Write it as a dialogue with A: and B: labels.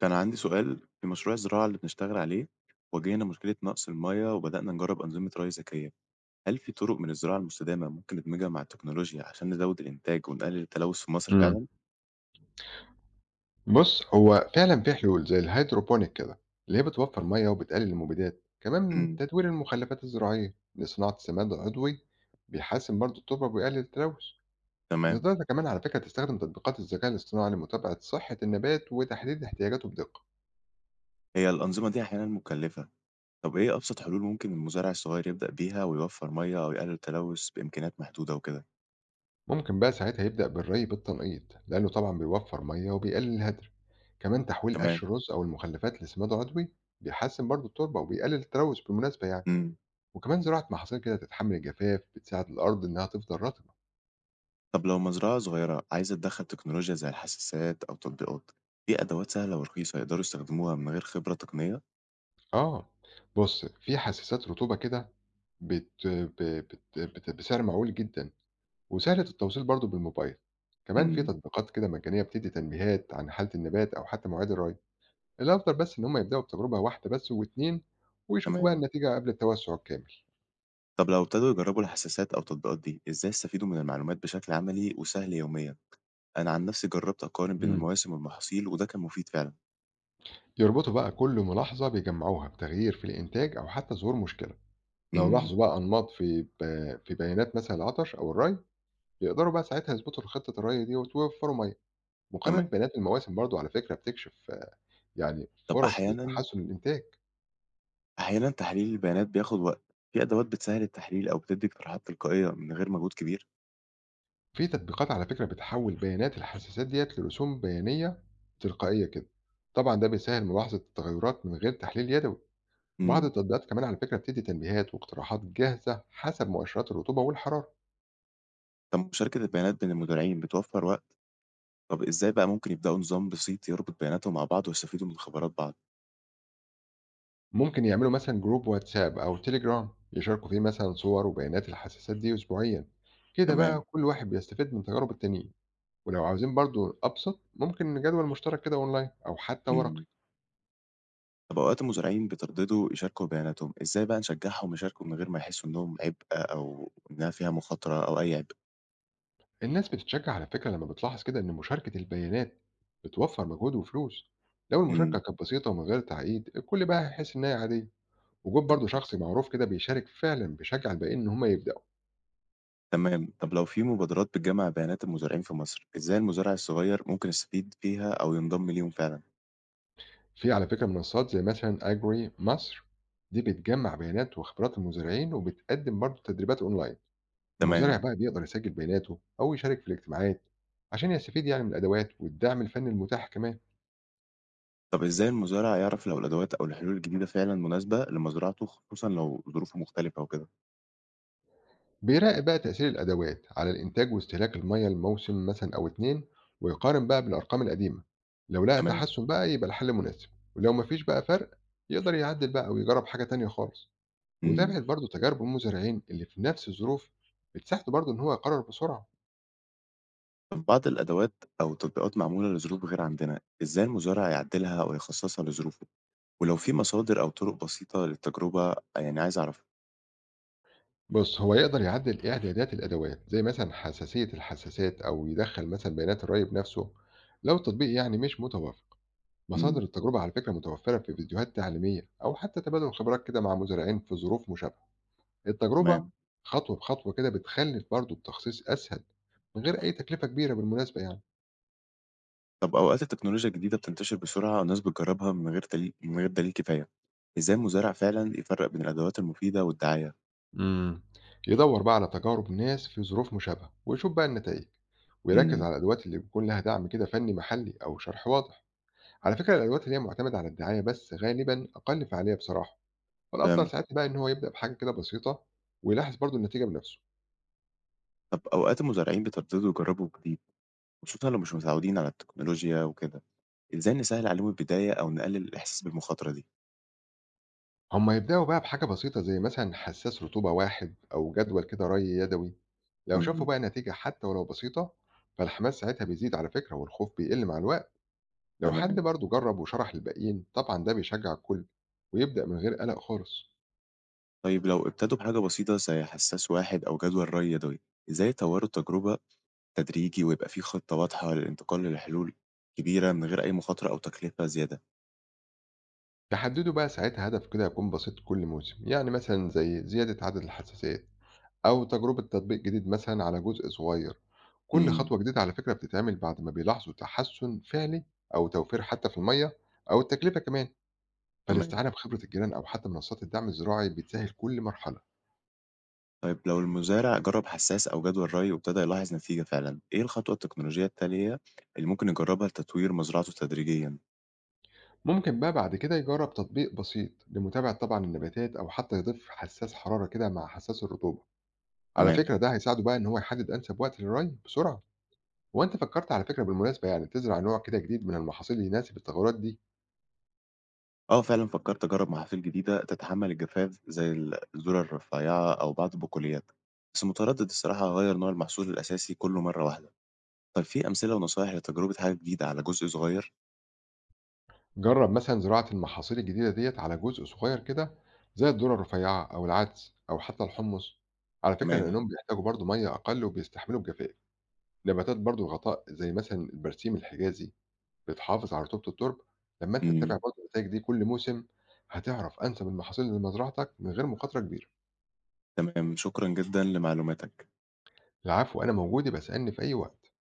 A: كان عندي سؤال في مشروع الزراعة اللي بنشتغل عليه. واجهنا مشكلة نقص المية وبدأنا نجرب أنظمة ري ذكية. هل في طرق من الزراعة المستدامة ممكن ندمجها مع التكنولوجيا عشان نزود الإنتاج ونقلل التلوث في مصر
B: إمم.
A: فعلا؟
B: بُص، هو فعلًا في حلول زي الهيدروبونيك كده، اللي هي بتوفّر مَيّة وبتقلل المبيدات، كمان
A: امم.
B: تدوير المخلفات الزراعية لصناعة سماد عضوي بيحسّن برضه التربة وبيقلل التلوث.
A: تمام.
B: بتقدر كمان على فكرة تستخدم تطبيقات الذكاء الاصطناعي لمتابعة صحة النبات وتحديد احتياجاته بدقة.
A: هي الأنظمة دي أحيانا مكلفة. طب إيه أبسط حلول ممكن المزارع الصغير يبدأ بيها ويوفر مية أو يقلل التلوث بإمكانيات محدودة وكده؟
B: ممكن بقى ساعتها يبدأ بالري بالتنقيط، لإنه طبعًا بيوفّر مَيّة وبيقلل الهدر. كمان تحويل قش
A: تمام.
B: الرز أو المخلفات لسماد عضوي بيحسّن برضه التربة وبيقلل التلوث بالمناسبة يعني.
A: امم.
B: وكمان زراعة محاصيل كده تتحمل الجفاف بتساعد الأرض إنها تفضل رطبة.
A: طب لو مزرعة صغيرة عايزة تدخل تكنولوجيا زي الحساسات أو تطبيقات، في أدوات سهلة ورخيصة يقدروا يستخدموها من غير خبرة تقنية؟
B: آه، بص في حساسات رطوبة كده بت... ب... بت... بت... بسعر معقول جدا وسهلة التوصيل برضو بالموبايل. كمان في
A: امم.
B: تطبيقات كده مجانية بتدي تنبيهات عن حالة النبات أو حتى مواعيد الري. الأفضل بس إن هم يبدأوا بتجربة واحدة بس واتنين ويشوفوا بقى
A: تمام.
B: النتيجة قبل التوسع الكامل.
A: طب لو ابتدوا يجربوا الحساسات أو التطبيقات دي، إزاي يستفيدوا من المعلومات بشكل عملي وسهل يوميًا؟ أنا عن نفسي جربت أقارن بين
B: امم
A: المواسم والمحاصيل وده كان مفيد فعلًا.
B: يربطوا بقى كل ملاحظة بيجمعوها بتغيير في الإنتاج أو حتى ظهور مشكلة. لو
A: إمم.
B: لاحظوا بقى أنماط في بيانات مثلا العطش أو الري يقدروا بقى ساعتها يظبطوا خطة الري ديّة ويوفّروا مَيّة. مقارنة
A: تمام.
B: بيانات المواسم برضه على فكرة بتكشف يعني
A: طب
B: فرص
A: أحيانًا
B: لتحسّن الإنتاج.
A: أحيانًا تحليل البيانات بياخد وقت، في أدوات بتسهل التحليل أو بتدي اقتراحات تلقائية من غير مجهود كبير؟
B: في تطبيقات على فكرة بتحوّل بيانات الحساسات ديّة لرسوم بيانية تلقائية كده. طبعًا ده بيسهّل ملاحظة التغيّرات من غير تحليل يدوي. بعض
A: إمم.
B: التطبيقات كمان على فكرة بتدّي تنبيهات واقتراحات جاهزة حسب مؤشرات الرطوبة والحرارة.
A: طب مشاركة البيانات بين المدرعين بتوفر وقت؟ طب إزاي بقى ممكن يبدأوا نظام بسيط يربط بياناتهم مع بعض ويستفيدوا من خبرات بعض؟
B: ممكن يعملوا مثلًا جروب واتساب أو تليجرام يشاركوا فيه مثلًا صور وبيانات الحساسات دي أسبوعيًا. كده بقى
A: تمام.
B: كل واحد بيستفيد من تجارب التانيين. ولو عاوزين برضو أبسط ممكن جدول مشترك كده أونلاين أو حتى ورقي.
A: إمم. طب أوقات المزارعين بيترددوا يشاركوا بياناتهم، إزاي بقى نشجعهم يشاركوا من غير ما يحسوا إنهم عبء أو إنها فيها مخاطرة أو أي عبء؟
B: الناس بتتشجع على فكرة لما بتلاحظ كده إن مشاركة البيانات بتوفر مجهود وفلوس. لو المشاركة
A: إمم.
B: كانت بسيطة ومن غير تعقيد الكل بقى هيحس إن هي عادية. وجود برضو
A: تمام،
B: شخص معروف كده بيشارك فعلا بيشجع الباقيين إن هم يبدأوا.
A: تمام، طب لو في مبادرات بتجمع بيانات المزارعين في مصر، إزاي المزارع الصغير ممكن يستفيد فيها أو ينضم ليهم فعلًا؟
B: في على فكرة منصات زي مثلا أجري مصر، دي بتجمع بيانات وخبرات المزارعين وبتقدم برضو تدريبات أونلاين. المزارع
A: تمام.
B: بقى بيقدر يسجل بياناته أو يشارك في الاجتماعات عشان يستفيد يعني من الأدوات والدعم الفني المتاح كمان.
A: طب إزاي المزارع يعرف لو الأدوات أو الحلول الجديدة فعلًا مناسبة لمزرعته خصوصًا لو ظروفه مختلفة وكده؟
B: بيراقب بقى تأثير الأدوات على الإنتاج واستهلاك المية لموسم مثلا أو اتنين ويقارن بقى بالأرقام القديمة. لو لقى
A: تمام.
B: تحسن بقى يبقى الحل مناسب، ولو مفيش بقى فرق يقدر يعدل بقى ويجرب حاجة تانية خالص.
A: إمم.
B: متابعة برضه تجارب المزارعين اللي في نفس الظروف بتساعده برضه إن هو يقرر بسرعة.
A: طب بعض الأدوات أو التطبيقات معمولة لظروف غير عندنا، إزاي المزارع يعدلها أو يخصصها لظروفه؟ ولو في مصادر أو طرق بسيطة للتجربة يعني عايز أعرفها.
B: بص هو يقدر يعدل إعدادات الأدوات زي مثلا حساسية الحساسات أو يدخل مثلا بيانات الري بنفسه لو التطبيق يعني مش متوفر. مصادر
A: إمم.
B: التجربة على فكرة متوفرة في فيديوهات تعليمية أو حتى تبادل خبرات كده مع مزارعين في ظروف مشابهة. التجربة
A: تمام.
B: خطوة بخطوة كده بتخلي برضه التخصيص أسهل من غير أي تكلفة كبيرة بالمناسبة يعني.
A: طب أوقات التكنولوجيا الجديدة بتنتشر بسرعة والناس بتجربها من غير دليل كفاية. إزاي المزارع فعلًا يفرق بين الأدوات المفيدة والدعاية؟
B: امم يدور بقى على تجارب ناس في ظروف مشابهة ويشوف بقى النتائج، ويركز
A: إمم.
B: على الأدوات اللي بيكون لها دعم كده فني محلي أو شرح واضح. على فكرة الأدوات اللي هي معتمدة على الدعاية بس غالبا أقل فعالية بصراحة، فالأفضل
A: فهمت.
B: ساعتها بقى إن هو يبدأ بحاجة كده بسيطة ويلاحظ برضه النتيجة بنفسه.
A: طب أوقات المزارعين بيترددوا يجربوا جديد، خصوصًا لو مش متعودين على التكنولوجيا وكده. إزاي نسهل عليهم البداية أو نقلل الإحساس بالمخاطرة دي؟
B: هُم يبدأوا بقى بحاجة بسيطة زي مثلًا حسّاس رطوبة واحد أو جدول كده ري يدوي، لو شافوا
A: إمم.
B: بقى نتيجة حتى ولو بسيطة، فالحماس ساعتها بيزيد على فكرة والخوف بيقل مع الوقت، لو حد
A: تمام.
B: برضه جرّب وشرح للباقيين طبعًا ده بيشجّع الكل ويبدأ من غير قلق خالص.
A: طيب لو ابتدوا بحاجة بسيطة زي حساس واحد أو جدول ري يدوي، إزاي يطوروا التجربة تدريجي ويبقى في خطة واضحة للانتقال لحلول كبيرة من غير أي مخاطرة أو تكلفة زيادة.
B: تحددوا بقى ساعتها هدف كده يكون بسيط كل موسم، يعني مثلًا زي زيادة عدد الحساسات أو تجربة تطبيق جديد مثلًا على جزء صغير، كل
A: إمم.
B: خطوة جديدة على فكرة بتتعمل بعد ما بيلاحظوا تحسُّن فعلي أو توفير حتى في المَيّة أو التكلفة كمان.
A: تمام.
B: فالاستعانة بخبرة الجيران أو حتى منصات الدعم الزراعي بتسهل كل مرحلة.
A: طيب لو المزارع جرب حساس أو جدول ري وابتدى يلاحظ نتيجة فعلًا، إيه الخطوة التكنولوجية التالية اللي ممكن يجربها لتطوير مزرعته تدريجيًا؟
B: ممكن بقى بعد كده يجرب تطبيق بسيط لمتابعة طبعا النباتات أو حتى يضيف حساس حرارة كده مع حساس الرطوبة. على
A: تمام.
B: فكرة ده هيساعده بقى إن هو يحدد أنسب وقت للري بسرعة. وأنت فكرت على فكرة بالمناسبة يعني تزرع نوع كده جديد من المحاصيل اللي يناسب التغيرات دي.
A: آه، فعلًا فكرت أجرب محاصيل جديدة تتحمل الجفاف زي الذرة الرفيعة أو بعض البقوليات، بس متردد الصراحة أغير نوع المحصول الأساسي كله مرة واحدة. طب في أمثلة ونصايح لتجربة حاجة جديدة على جزء صغير؟
B: جرب مثلا زراعة المحاصيل الجديدة ديت على جزء صغير كده زي الذرة الرفيعة أو العدس أو حتى الحمص، على فكرة
A: تمام.
B: لأنهم بيحتاجوا برضو مية أقل وبيستحملوا الجفاف. نباتات برضو الغطاء زي مثلا البرسيم الحجازي بتحافظ على رطوبة التربة، لمّا أنت تتابع
A: إمم.
B: برضه النتايج دي كل موسم، هتعرف أنسب المحاصيل لمزرعتك من غير مخاطرة كبيرة.
A: تمام، شكرًا جدًا لمعلوماتك.
B: العفو، أنا موجود، يبقى اسألني في أي وقت.